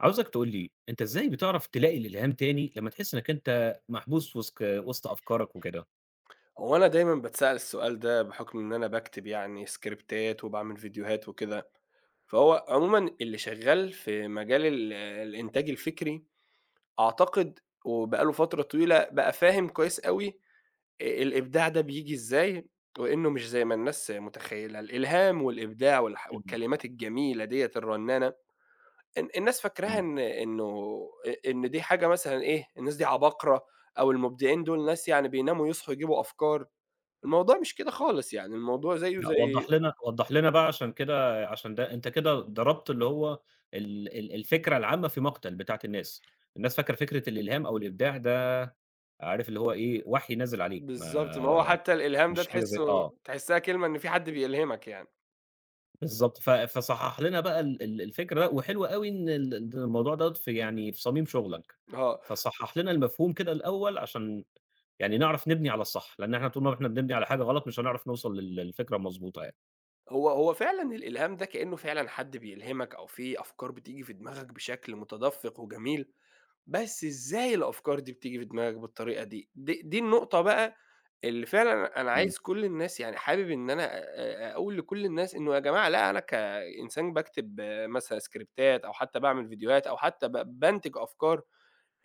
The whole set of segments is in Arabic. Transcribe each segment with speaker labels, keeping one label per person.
Speaker 1: عاوزك تقول لي، أنت إزاي بتعرف تلاقي الإلهام تاني لمّا تحس إنك أنت محبوس وسط أفكارك وكده؟
Speaker 2: هو أنا دايمًا باتسأل السؤال ده بحكم إن أنا باكتب يعني سكريبتات وباعمل فيديوهات وكده، فهو عمومًا اللي شغال في مجال ال آه، الإنتاج الفكري أعتقد وبقى له فترة طويلة بقى فاهم كويس أوي الإبداع ده بييجي إزاي، وإنه مش زي ما الناس متخيلة، الإلهام والإبداع
Speaker 1: إمم.
Speaker 2: والكلمات الجميلة ديّة الرنانة الناس فاكراها
Speaker 1: إمم.
Speaker 2: إن إنه أ إن دي حاجة مثلًا إيه، الناس دي عباقرة أو المبدعين دول ناس يعني بيناموا يصحوا يجيبوا أفكار. الموضوع مش كده خالص، يعني الموضوع زيه
Speaker 1: لأ، وضّح
Speaker 2: زي
Speaker 1: لنا وضّح لنا بقى عشان كده عشان ده أنت كده ضربت اللي هو ال ال الفكرة العامة في مقتل بتاعة الناس. الناس فاكرة فكرة الإلهام أو الإبداع ده، عارف اللي هو إيه، وحي نازل عليك.
Speaker 2: بالضبط، ما هو
Speaker 1: ما
Speaker 2: حتى الإلهام ده
Speaker 1: مش حاجة زي
Speaker 2: تحسّه تحسّها كلمة إن في حد بيلهمك يعني،
Speaker 1: بالضبط. فصحّح لنا بقى ال ال الفكرة، لأ، وحلو أوي إن الموضوع دوّة في، يعني في صميم شغلك.
Speaker 2: آه،
Speaker 1: فصحّح لنا المفهوم كده الأول، عشان يعني نعرف نبني على الصح، لإن إحنا طول ما إحنا بنبني على حاجة غلط مش هنعرف نوصل للفكرة المضبوطة يعني.
Speaker 2: هو فعلًا الإلهام ده كإنه فعلًا حد بيلهمك أو في أفكار بتيجي في دماغك بشكل متدفّق وجميل، بس إزاي الأفكار دي بتيجي في دماغك بالطريقة دي؟ دي النقطة بقى اللي فعلًا أنا
Speaker 1: إمم،
Speaker 2: عايز كل الناس يعني حابب إن أنا أ أ أقول لكل الناس إنه يا جماعة لأ، أنا كإنسان باكتب مثلًا سكريبتات أو حتى باعمل فيديوهات أو حتى بانتج أفكار.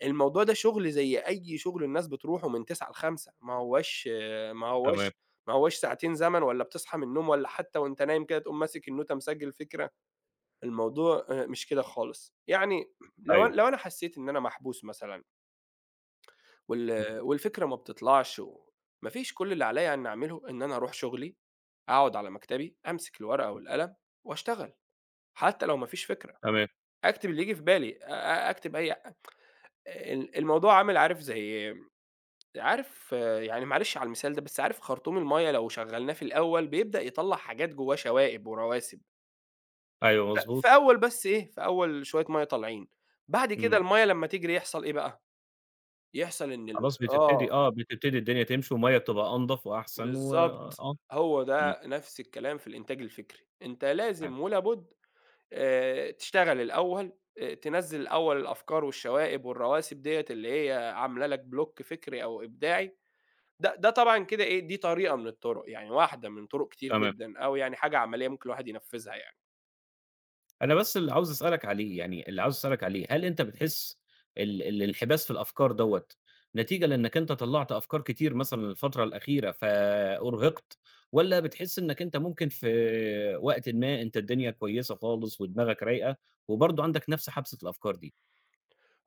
Speaker 2: الموضوع ده شغل زي أي شغل الناس بتروحه من 09:00 ل17:00. ما
Speaker 1: تمام،
Speaker 2: هواش ما هواش ساعتين زمن ولا بتصحى من النوم ولا حتى وأنت نايم كده تقوم ماسك النوتة مسجل فكرة، الموضوع مش كده خالص، يعني
Speaker 1: أيوه،
Speaker 2: لو أنا حسيت إن أنا محبوس مثلًا
Speaker 1: إمم،
Speaker 2: والفكرة ما بتطلعش وما فيش. كل اللي عليَّ إني أعمله إن أنا أروح شغلي، أقعد على مكتبي، أمسك الورقة
Speaker 1: إمم،
Speaker 2: والقلم وأشتغل، حتى لو ما فيش فكرة،
Speaker 1: تمام،
Speaker 2: أكتب اللي ييجي في بالي، أ أ أكتب أي الموضوع عامل عارف زي عارف آه، يعني معلش على المثال ده، بس عارف خرطوم المَيّة لو شغّلناه في الأول بيبدأ يطلّع حاجات جوّاه شوائب ورواسب،
Speaker 1: أيوه
Speaker 2: في
Speaker 1: مضبوط،
Speaker 2: أول بس إيه، في أول شوية مَيّة طالعين، بعد كده
Speaker 1: إمم،
Speaker 2: المَيّة لمّا تجري يحصل إيه بقى، يحصل إن ال
Speaker 1: خلاص بتبتدي
Speaker 2: آه،
Speaker 1: بتبتدي الدنيا تمشي، والمَيّة بتبقى أنضف وأحسن، و
Speaker 2: بالضبط،
Speaker 1: آه،
Speaker 2: هو
Speaker 1: إمم،
Speaker 2: ده نفْس الكلام في الإنتاج الفكري، أنت
Speaker 1: حلو،
Speaker 2: لازم ولا بُد تشتغل الأول، تنزّل الأول الأفكار والشوائب والرواسب ديّة اللي هي عاملة لك block فكري أو إبداعي، ده طبعًا كده إيه، دي طريقة من الطرق، يعني واحدة من طرق كتير
Speaker 1: تمام.
Speaker 2: جدًا أو يعني حاجة عملية ممكن الواحد ينفّذها يعني.
Speaker 1: أنا بس اللي عاوز أسألك عليه، يعني اللي عاوز أسألك عليه، هل أنت بتحس الانحباس في الأفكار دوّة نتيجة لإنّك أنت طلّعت أفكار كتير مثلًا الفترة الأخيرة فأُرهقت، والّا بتحس إنّك أنت ممكن في وقتٍ ما أنت الدنيا كويسة خالص ودماغك رايقة، وبرضه عندك نَفْس حبسة الأفكار دي؟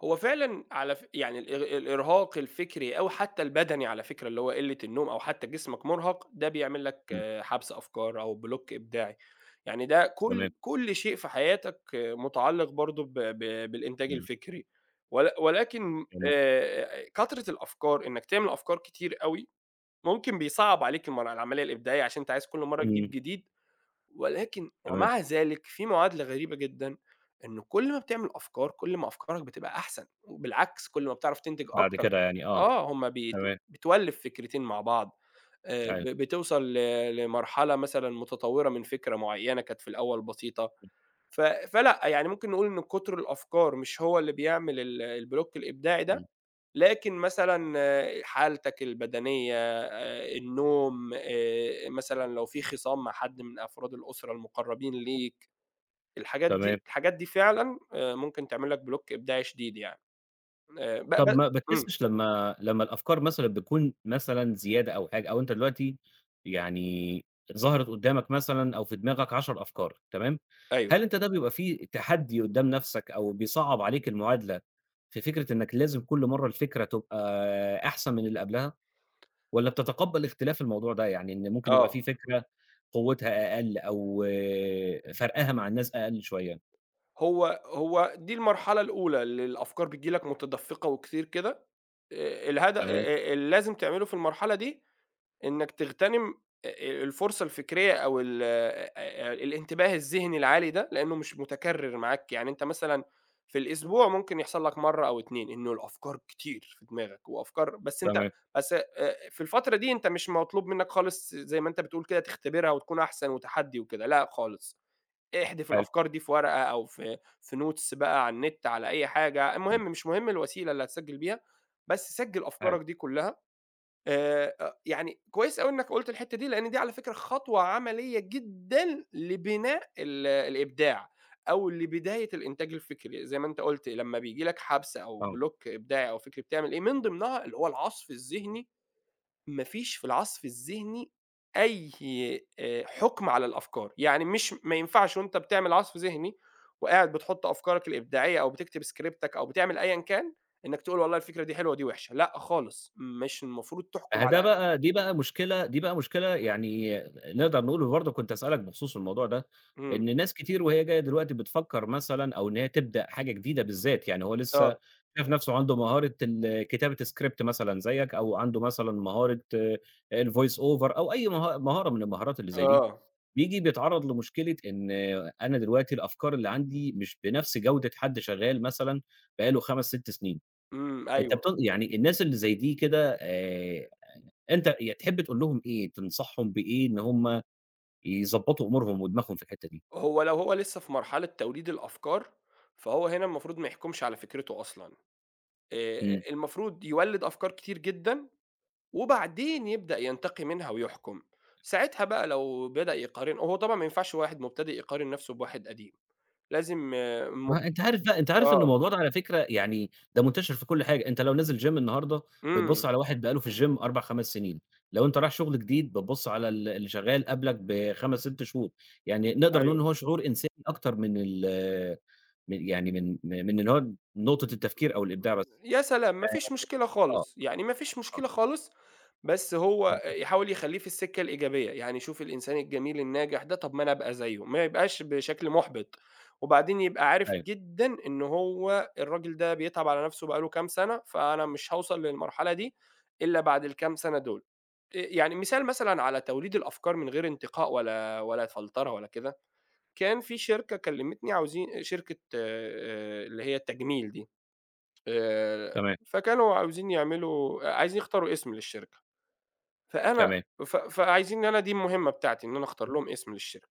Speaker 2: فعلًا على يعني الإرهاق الفكري أو حتى البدني على فكرة، اللي هو قِلّة النوم أو حتى جسمك مُرهَق، ده بيعمل لك
Speaker 1: إمم،
Speaker 2: حَبْس أفكار أو بلوك إبداعي. يعني ده
Speaker 1: تمام،
Speaker 2: كل شيء في حياتك مُتعلّق برضه ب ب بالإنتاج
Speaker 1: إمم،
Speaker 2: الفكري، ولكن
Speaker 1: جميل،
Speaker 2: كترة الأفكار، إنّك تعمل أفكار كتير أوي، ممكن بيصعّب عليك العملية الإبداعية عشان أنت عايز كل مرّة تجيب
Speaker 1: إمم،
Speaker 2: جديد، ولكن
Speaker 1: تمام،
Speaker 2: ومع ذلك في معادلة غريبة جدًا، إن كل ما بتعمل أفكار، كل ما أفكارك بتبقى أحسن، وبالعكس كل ما بتعرف تنتج
Speaker 1: بعد
Speaker 2: أكتر.
Speaker 1: كده يعني آه،
Speaker 2: آه، هم بيت
Speaker 1: تمام،
Speaker 2: بتولِّف فكرتين مع بعض، ب
Speaker 1: أيوه،
Speaker 2: بتوصل لمرحلة مثلًا متطورة من فكرة معينة كانت في الأول بسيطة، فلأ يعني ممكن نقول إن كتر الأفكار مش هو اللي بيعمل البلوك الإبداعي
Speaker 1: إمم،
Speaker 2: ده. لكن مثلًا آه، حالتك البدنية، النوم، مثلًا لو في خِصام مع حد من أفراد الأسرة المقربين ليك،
Speaker 1: تمام.
Speaker 2: الحاجات دي فعلًا ممكن تعمل لك بلوك إبداعي شديد يعني. ب ب
Speaker 1: طب ما
Speaker 2: إمم،
Speaker 1: بتحسش، لمّا الأفكار مثلًا بتكون مثلًا زيادة أو حاجة، أو أنت دلوقتي يعني ظهرت قدّامك مثلًا أو في دماغك 10 أفكار تمام،
Speaker 2: أيوه،
Speaker 1: هل أنت ده بيبقى فيه تحدي قدّام نَفْسك، أو بيصعّب عليك المعادلة في فكرة إنّك لازم كل مرّة الفكرة تبقى أحسن من اللي قبلها، والّا بتتقبّل اختلاف الموضوع ده؟ يعني إن ممكن يبقى
Speaker 2: آه،
Speaker 1: في فكرة قوّتها أقل، أو فرقها مع الناس أقل شوية؟
Speaker 2: هو دي المرحلة الأولى اللي الأفكار بتيجي لك متدفقة وكتير كده، الهد
Speaker 1: تمام،
Speaker 2: اللي لازم تعمله في المرحلة دي إنك تغتنم آآ الفرصة الفكرية أو ال الانتباه الذهني العالي ده، لإنه مش متكرر معاك، يعني أنت مثلًا في الأسبوع ممكن يحصل لك مرّة أو 2 إنه الأفكار كتير في دماغك وأفكار. بس أنت
Speaker 1: تمام،
Speaker 2: بس في الفترة دي أنت مش مطلوب منك خالص زي ما أنت بتقول كده تختبرها وتكون أحسن وتحدي وكده، لأ خالص، احدف
Speaker 1: حلو،
Speaker 2: الأفكار دي في ورقة أو في notes بقى على النت على أي حاجة،
Speaker 1: إمم،
Speaker 2: المهم مش مهم الوسيلة اللي هتسجل بيها، بس سجل
Speaker 1: حلو،
Speaker 2: أفكارك دي كلها. أ يعني كويس أوي إنّك قُلت الحتّة دي، لإن دي على فكرة خطوة عملية جدًا لبناء الإبداع، أو لبداية الإنتاج الفكري، زي ما أنت قُلت لمّا بييجي لك حبْس أو
Speaker 1: آه.
Speaker 2: بلوك إبداعي أو فكري بتعمل إيه، من ضمنها اللي هو العَصْف الذهني، ما فيش في العَصْف الذهني أي حُكم على الأفكار، يعني مش ما ينفعش وأنت بتعمل عَصْف ذهني وقاعد بتحُط أفكارك الإبداعية أو بتكتب سكريبتك أو بتعمل أيًا كان، إنّك تقول والله الفكرة دي حلوة ودي وِحشة، لأ خالص، مش المفروض تحكُم
Speaker 1: ده
Speaker 2: على
Speaker 1: بقى دي بقى مشكلة، دي بقى مشكلة، يعني نقدر نقول، وبرضه كنت هاسألك بخصوص الموضوع ده،
Speaker 2: إمم.
Speaker 1: إن ناس كتير وهي جاية دلوقتي بتفكّر مثلًا، أو إن هي تبدأ حاجة جديدة بالذات، يعني هو
Speaker 2: آه،
Speaker 1: لسه شايف نَفْسه عنده مهارة ال كتابة script مثلًا زيّك، أو عنده مثلًا مهارة الvoice over، أو أي مهارة من المهارات اللي زي دي،
Speaker 2: آه.
Speaker 1: بييجي بيتعرّض لمشكلة إن أنا دلوقتي الأفكار اللي عندي مش بنَفْس جودة حد شغال مثلًا بقى له 5، 6 سنين.
Speaker 2: إمم،
Speaker 1: أنت
Speaker 2: أيوه.
Speaker 1: يعني الناس اللي زي دي كده، أنت تحب تقول لهم إيه، تنصحهم بإيه إن هم يضبّطوا أمورهم ودماغهم في الحتّة دي؟
Speaker 2: هو لسه في مرحلة توليد الأفكار، فهو هنا المفروض ما يحكمش على فكرته أصلًا.
Speaker 1: إمم.
Speaker 2: المفروض يولِّد أفكار كتير جدًا، وبعدين يبدأ ينتقي منها ويحكم. ساعتها بقى لو بدأ يقارن هو طبعًا ما ينفعش واحد مبتدئ يقارن نفسه بواحد قديم، لازم مب
Speaker 1: ما أنت عارف بقى، أنت عارف إن
Speaker 2: آه.
Speaker 1: الموضوع ده، على فكرة، يعني ده منتشر في كل حاجة. أنت لو نازل gym النهارده بتبُص
Speaker 2: إمم،
Speaker 1: على واحد بقى له في الgym 4، 5 سنين، لو أنت رايح شغل جديد بتبُص على اللي شغال قبلك ب5، 6 شهور، يعني نقدر نقول إن
Speaker 2: أيوه.
Speaker 1: هو شعور إنساني أكتر من ال من يعني من م من إن هو نقطة التفكير أو الإبداع بس.
Speaker 2: يا سلام! ما فيش مشكلة
Speaker 1: آه،
Speaker 2: خالص، يعني ما فيش
Speaker 1: آه.
Speaker 2: مشكلة خالص، بس
Speaker 1: اهم.
Speaker 2: هو يحاول يخلّيه في السكة الإيجابية، يعني يشوف الإنسان الجميل الناجح ده طَب ما أنا أبقى زيه، ما يبقاش بشكل مُحبِط، وبعدين يبقى عارف
Speaker 1: أيوه،
Speaker 2: جدًا إن هو الراجل ده بيتعب على نَفْسه بقى له كام سَنة، فأنا مش هاوصل للمرحلة دي إلا بعد الكام سَنة دول. يعني مثال مثلًا على توليد الأفكار من غير انتقاء ولا فلترة ولا كده، كان في شركة كلّمتني عاوزين شركة اللي هي التجميل دي، آآ،
Speaker 1: تمام،
Speaker 2: فكانوا عاوزين يعملوا عايزين يختاروا اسم للشركة، فأنا
Speaker 1: تمام،
Speaker 2: ف فعايزين ان أنا دي المهمة بتاعتي إن أنا أختار لهم اسم للشركة،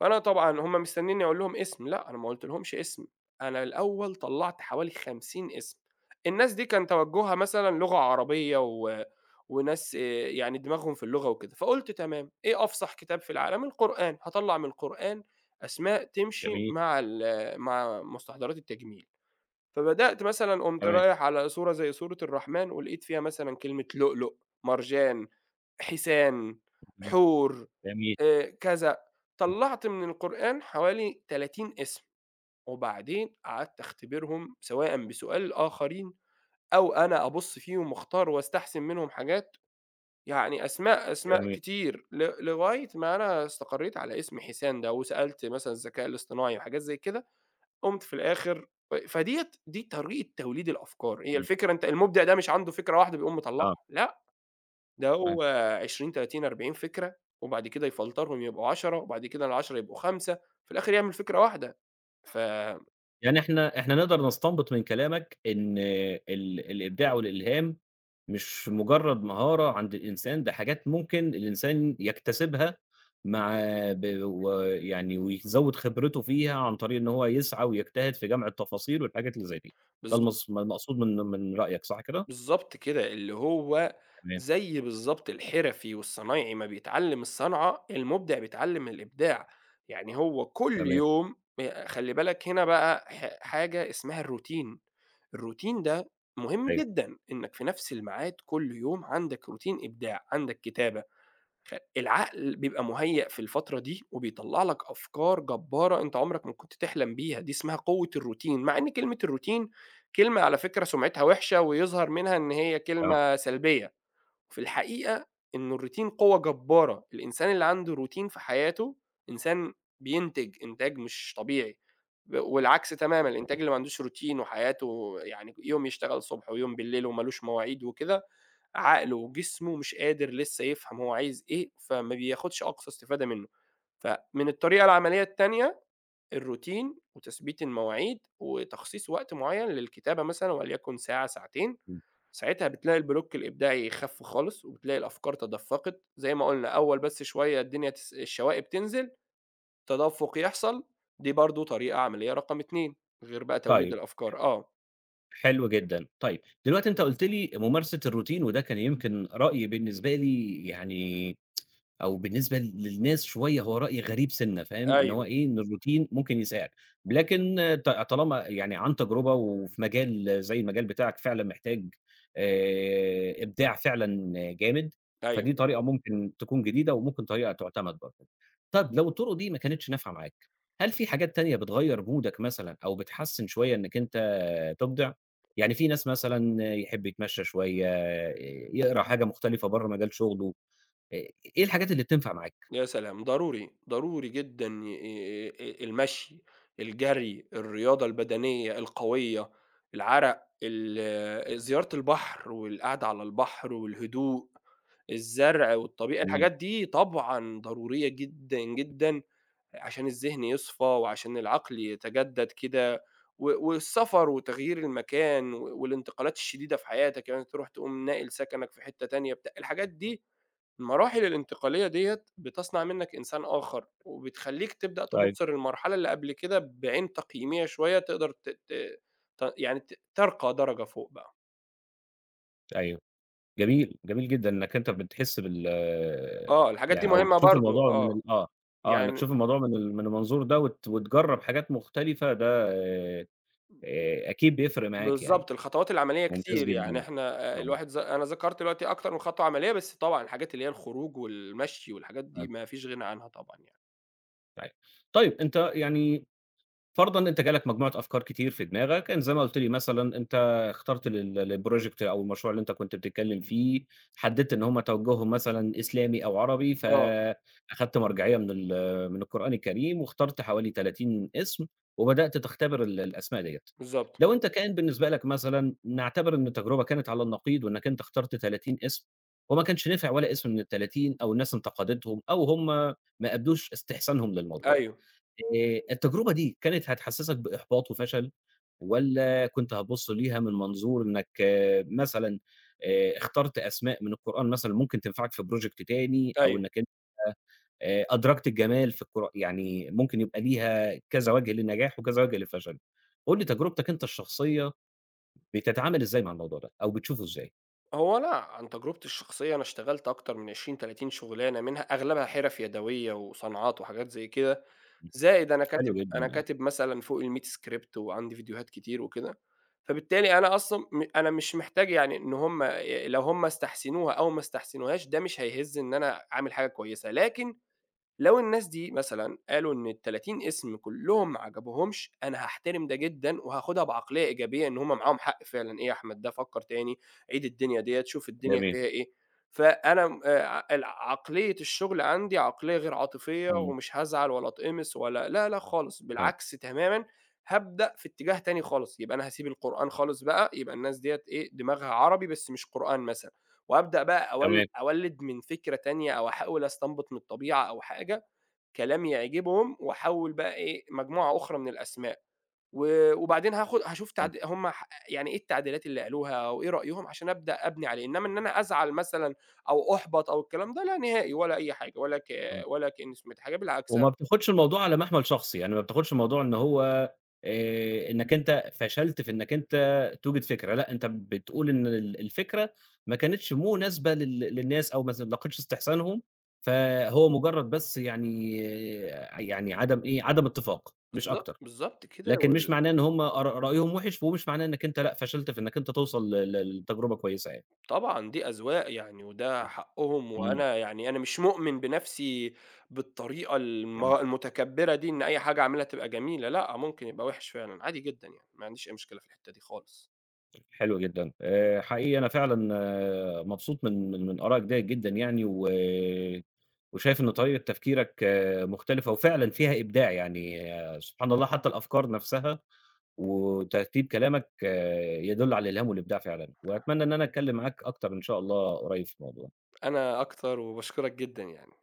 Speaker 2: فأنا طبعًا هُم مستنينّي أقول لهم اسم، لأ أنا ما قُلتلهمش اسم، أنا الأول طلّعت حوالي 50 اسم، الناس دي كان توجُّهها مثلًا لغة عربية و وناس يعني دماغهم في اللغة وكده، فقُلت تمام إيه أفصح كتاب في العالم؟ القرآن، هاطلّع من القرآن أسماء تمشي
Speaker 1: جميل،
Speaker 2: مع مع مستحضرات التجميل. فبدأت مثلًا قُمت
Speaker 1: تمام،
Speaker 2: رايح على صورة زي صورة الرحمن ولقيت فيها مثلًا كلمة لؤلؤ، مرجان، حسان،
Speaker 1: اهم،
Speaker 2: حور،
Speaker 1: جميل،
Speaker 2: كذا، طلّعت من القرآن حوالي 30 اسم، وبعدين قعدت أختبرهم سواء بسؤال الآخرين أو أنا أبُص فيهم واختار واستحسن منهم حاجات، يعني أسماء
Speaker 1: جميل.
Speaker 2: كتير لغاية ما أنا استقريت على اسم حسان ده، وسألت مثلًا الذكاء الاصطناعي وحاجات زي كده، قُمت في الآخر فديّة دي طريقة توليد الأفكار، هي
Speaker 1: إمم،
Speaker 2: الفكرة أنت المُبدع ده مش عنده فكرة واحدة بيقوم
Speaker 1: آه،
Speaker 2: مطلّعها، لأ، ده
Speaker 1: تمام.
Speaker 2: هو 20، 30، 40 فكرة، وبعد كده يفلترهم يبقوا 10، وبعد كده ال10 يبقوا 5، في الآخر يعمل فكرة واحدة. ف
Speaker 1: يعني إحنا نقدر نستنبط من كلامك إن الإبداع والإلهام مش مجرد مهارة عند الإنسان، ده حاجات ممكن الإنسان يكتسبها مع، ويعني ويزوّد خبرته فيها عن طريق إن هو يسعى ويجتهد في جمع التفاصيل والحاجات اللي زي دي. ده،
Speaker 2: بالض
Speaker 1: المقصود من رأيك صح كده؟
Speaker 2: بالضبط كده، اللي هو
Speaker 1: تمام،
Speaker 2: زي بالضبط الحرفي والصنايعي ما بيتعلّم الصنعة، المُبدع بيتعلّم الإبداع، يعني هو كل
Speaker 1: تمام،
Speaker 2: يوم خلّي بالك هنا بقى حاجة اسمها الروتين، الروتين ده مهم
Speaker 1: أيوه،
Speaker 2: جدًا، إنّك في نَفْس الميعاد كل يوم عندك روتين إبداع، عندك كتابة. العقل بيبقى مُهيأ في الفترة دي، وبيطلّع لك أفكار جبارة أنت عمرك ما كنت تحلم بيها، دي اسمها قوة الروتين، مع إن كلمة الروتين كلمة على فكرة سُمعتها وِحشة، ويظهر منها إن هي
Speaker 1: آه،
Speaker 2: كلمة سلبية، في الحقيقة إنه الروتين قوة جبارة، الإنسان اللي عنده روتين في حياته إنسان بينتج إنتاج مش طبيعي، والعكس تمامًا الإنتاج اللي ما عندوش روتين وحياته يعني يوم يشتغل الصبح ويوم بالليل وما لوش مواعيد وكده عقله وجسمه مش قادر لسه يفهم هو عايز إيه، فما بياخدش أقصى استفادة منه. فمن الطريقة العملية التانية الروتين وتثبيت المواعيد، وتخصيص وقت معيّن للكتابة مثلًا وليكن ساعة، ساعتين،
Speaker 1: إمم.
Speaker 2: ساعتها بتلاقي البلوك الإبداعي خالص، وبتلاقي الأفكار تدفقت، زي ما قُلنا أول بس شوية الدنيا الشوائب تنزل، تدفق يحصل، دي برضه طريقة عملية رقم 2 غير بقى توليد
Speaker 1: طيب،
Speaker 2: الأفكار، آه،
Speaker 1: حلو جدًا. طيب، دلوقتي أنت قُلت لي ممارسة الروتين، وده كان يمكن رأي بالنسبة لي، يعني أو بالنسبة للناس شوية هو رأي غريب سِنّة فاهم، إن هو
Speaker 2: أيوه،
Speaker 1: إيه، إن الروتين ممكن يساعد، لكن طالما يعني عن تجربة، وفي مجال زي المجال بتاعك فعلًا محتاج إبداع فعلًا جامد، فدي
Speaker 2: أيوه.
Speaker 1: طريقة ممكن تكون جديدة، وممكن طريقة تُعتمد برضه. طَب لو الطُرُق دي ما كانتش نافعة معاك، هل في حاجات تانية بتغيّر مودك مثلًا، أو بتحسّن شوية إنّك أنت تُبدع؟ يعني في ناس مثلًا يحب يتمشّى شوية، يقرا حاجة مختلفة برّه مجال شُغله. آآ، إيه الحاجات اللي بتنفع معاك؟
Speaker 2: يا سلام! ضروري، ضروري جدًا ي المشي، الجري، الرياضة البدنية القوية، العرق، زيارة البحر والقعدة على البحر والهدوء، الزرع والطبيعة،
Speaker 1: جميل،
Speaker 2: الحاجات دي طبعًا ضرورية جدًا، جدًا عشان الذهن يصفى وعشان العقل يتجدد كده والسفر وتغيير المكان والانتقالات الشديدة في حياتك، يعني تروح تقوم ناقل سكنك في حتة تانية بتاع الحاجات دي. المراحل الانتقالية ديّة بتصنع منّك إنسان آخر، وبتخلّيك تبدأ
Speaker 1: طيب،
Speaker 2: تبُص للمرحلة اللي قبل كده بعين تقييمية شوية تقدر ت ت ت يعني ترقى درجة فوق بقى.
Speaker 1: أيوه، جميل، جميل جدًا إنك أنت بتحس
Speaker 2: آه، الحاجات دي
Speaker 1: يعني، أو
Speaker 2: مهمة
Speaker 1: تشوف
Speaker 2: برضه
Speaker 1: الموضوع من
Speaker 2: آه،
Speaker 1: ال آه، آه، إنك
Speaker 2: يعني
Speaker 1: تشوف الموضوع من المنظور ده، وتجرّب حاجات مختلفة. ده آآ، أكيد بيفرق معاك يعني.
Speaker 2: بالضبط، الخطوات العملية
Speaker 1: ممتاز
Speaker 2: كتير، يعني
Speaker 1: جدًا،
Speaker 2: إحنا الواحد أنا ذكرت دلوقتي أكتر من خطوة عملية، بس طبعًا الحاجات اللي هي الخروج والمشي والحاجات دي
Speaker 1: آه،
Speaker 2: ما فيش غنى عنها طبعًا يعني.
Speaker 1: طيب. طيب أنت يعني فرضًا أنت جالك مجموعة أفكار كتير في دماغك، إن زي ما قُلت لي مثلًا أنت اخترت للproject أو المشروع اللي أنت كنت بتتكلم فيه، حددت إن هم توجههم مثلًا إسلامي أو عربي،
Speaker 2: آه،
Speaker 1: فأخدت مرجعية من القرآن الكريم، واخترت حوالي 30 اسم، وبدأت تختبر الأسماء ديّة.
Speaker 2: بالضبط،
Speaker 1: لو أنت كان بالنسبة لك مثلًا نعتبر إن التجربة كانت على النقيض، وإنك أنت اخترت 30 اسم، وما كانش نفع ولا اسم من ال30، أو الناس انتقدتهم، أو هم ما أبدوش استحسانهم للموضوع.
Speaker 2: أيوه،
Speaker 1: التجربة دي كانت هتحسّسك بإحباط وفشل، والّا كنت هتبُص ليها من منظور إنّك مثلًا اخترت أسماء من القرآن مثلًا ممكن تنفعك في project تاني، أو
Speaker 2: أيوه.
Speaker 1: إنّك أنت أدركت الجمال في يعني ممكن يبقى ليها كذا وجه للنجاح وكذا وجه للفشل. قُل لي تجربتك أنت الشخصية، بتتعامل إزاي مع الموضوع ده، أو بتشوفه إزاي؟
Speaker 2: أنا عن تجربتي الشخصية أنا اشتغلت أكتر من 20، 30 شغلانة منها أغلبها حرف يدوية وصناعات وحاجات زي كده، زائد
Speaker 1: حلو جدًا
Speaker 2: أنا
Speaker 1: آه،
Speaker 2: كاتب مثلًا فوق ال100 سكريبت وعندي فيديوهات كتير وكده، فبالتالي أنا أصلًا أنا مش محتاج يعني إن هم لو هم استحسنوها أو ما استحسنوهاش ده مش هيهِز إن أنا عامل حاجة كويسة، لكن لو الناس دي مثلًا قالوا إن ال30 اسم كلّهم ما عجبهمش، أنا هاحترم ده جدًا وهاخدها بعقلية إيجابية إن هُم معاهم حق فعلًا، إيه يا أحمد ده فكّر تاني، عيد الدنيا ديّة، شوف الدنيا
Speaker 1: جميل.
Speaker 2: فيها إيه. فأنا م ع الع عقلية الشغل عندي عقلية غير عاطفية
Speaker 1: إمم،
Speaker 2: ومش هازعل ولا أتقمص ولا لا، لأ خالص،
Speaker 1: تم
Speaker 2: بالعكس تمامًا، هابدأ في اتجاه تاني خالص، يبقى أنا هاسيب القرآن خالص بقى، يبقى الناس ديّة إيه، دماغها عربي بس مش قرآن مثلًا، وأبدأ بقى
Speaker 1: تمام،
Speaker 2: أول أولِّد من فكرة تانية أو أحاول أستنبط من الطبيعة أو حاجة كلام يعجبهم واحوّل بقى إيه، مجموعة أخرى من الأسماء، و وبعدين هاخد هاشوف
Speaker 1: حلو،
Speaker 2: تعد هم ح يعني إيه التعديلات اللي قالوها أو إيه رأيهم عشان أبدأ أبني عليه، إنّما إن أنا أزعل مثلًا أو أُحبَط أو الكلام ده لا نهائي ولا أي حاجة
Speaker 1: إمم.
Speaker 2: ولا كإنّي سمعت حاجة بالعكس
Speaker 1: وما
Speaker 2: أنا
Speaker 1: بتاخدش الموضوع على محمل شخصي، يعني ما بتاخدش الموضوع إن هو إنّك أنت فشلت في إنّك أنت توجد فكرة، لأ أنت بتقول إن الفكرة ما كانتش مناسبة للناس، أو ما لاقتش استحسانهم، فهو مجرّد بس يعني يعني عدم إيه، عدم اتفاق مش
Speaker 2: بالضبط،
Speaker 1: أكتر،
Speaker 2: بالضبط كده
Speaker 1: لكن مش معناه إن هم رأيهم وِحِش، ومش معناه إنّك أنت لأ فشلت في إنّك أنت توصل ل ل لتجربة كويسة يعني.
Speaker 2: طبعًا دي أذواق يعني وده
Speaker 1: إمم،
Speaker 2: حقّهم
Speaker 1: إمم،
Speaker 2: وأنا يعني أنا مش مؤمن بنَفْسي بالطريقة
Speaker 1: حلو.
Speaker 2: المتكبّرة دي إن أي حاجة أعملها تبقى جميلة لأ، ممكن يبقى وِحِش فعلًا عادي جدًا يعني، ما عنديش أي مشكلة في الحتّة دي خالص.
Speaker 1: حلو جدًا. حقيقي أنا فعلًا آه، مبسوط من آرائك ديّة جدًا، يعني وشايف إن طريقة تفكيرك مختلفة وفعلًا فيها إبداع. يعني سبحان الله، حتى الأفكار نفسها وترتيب كلامك يدل على الإلهام والإبداع فعلًا، وأتمنى إن أنا أتكلّم معاك أكتر إن شاء الله قريب في الموضوع.
Speaker 2: أنا أكتر، وباشكرك جدًا يعني.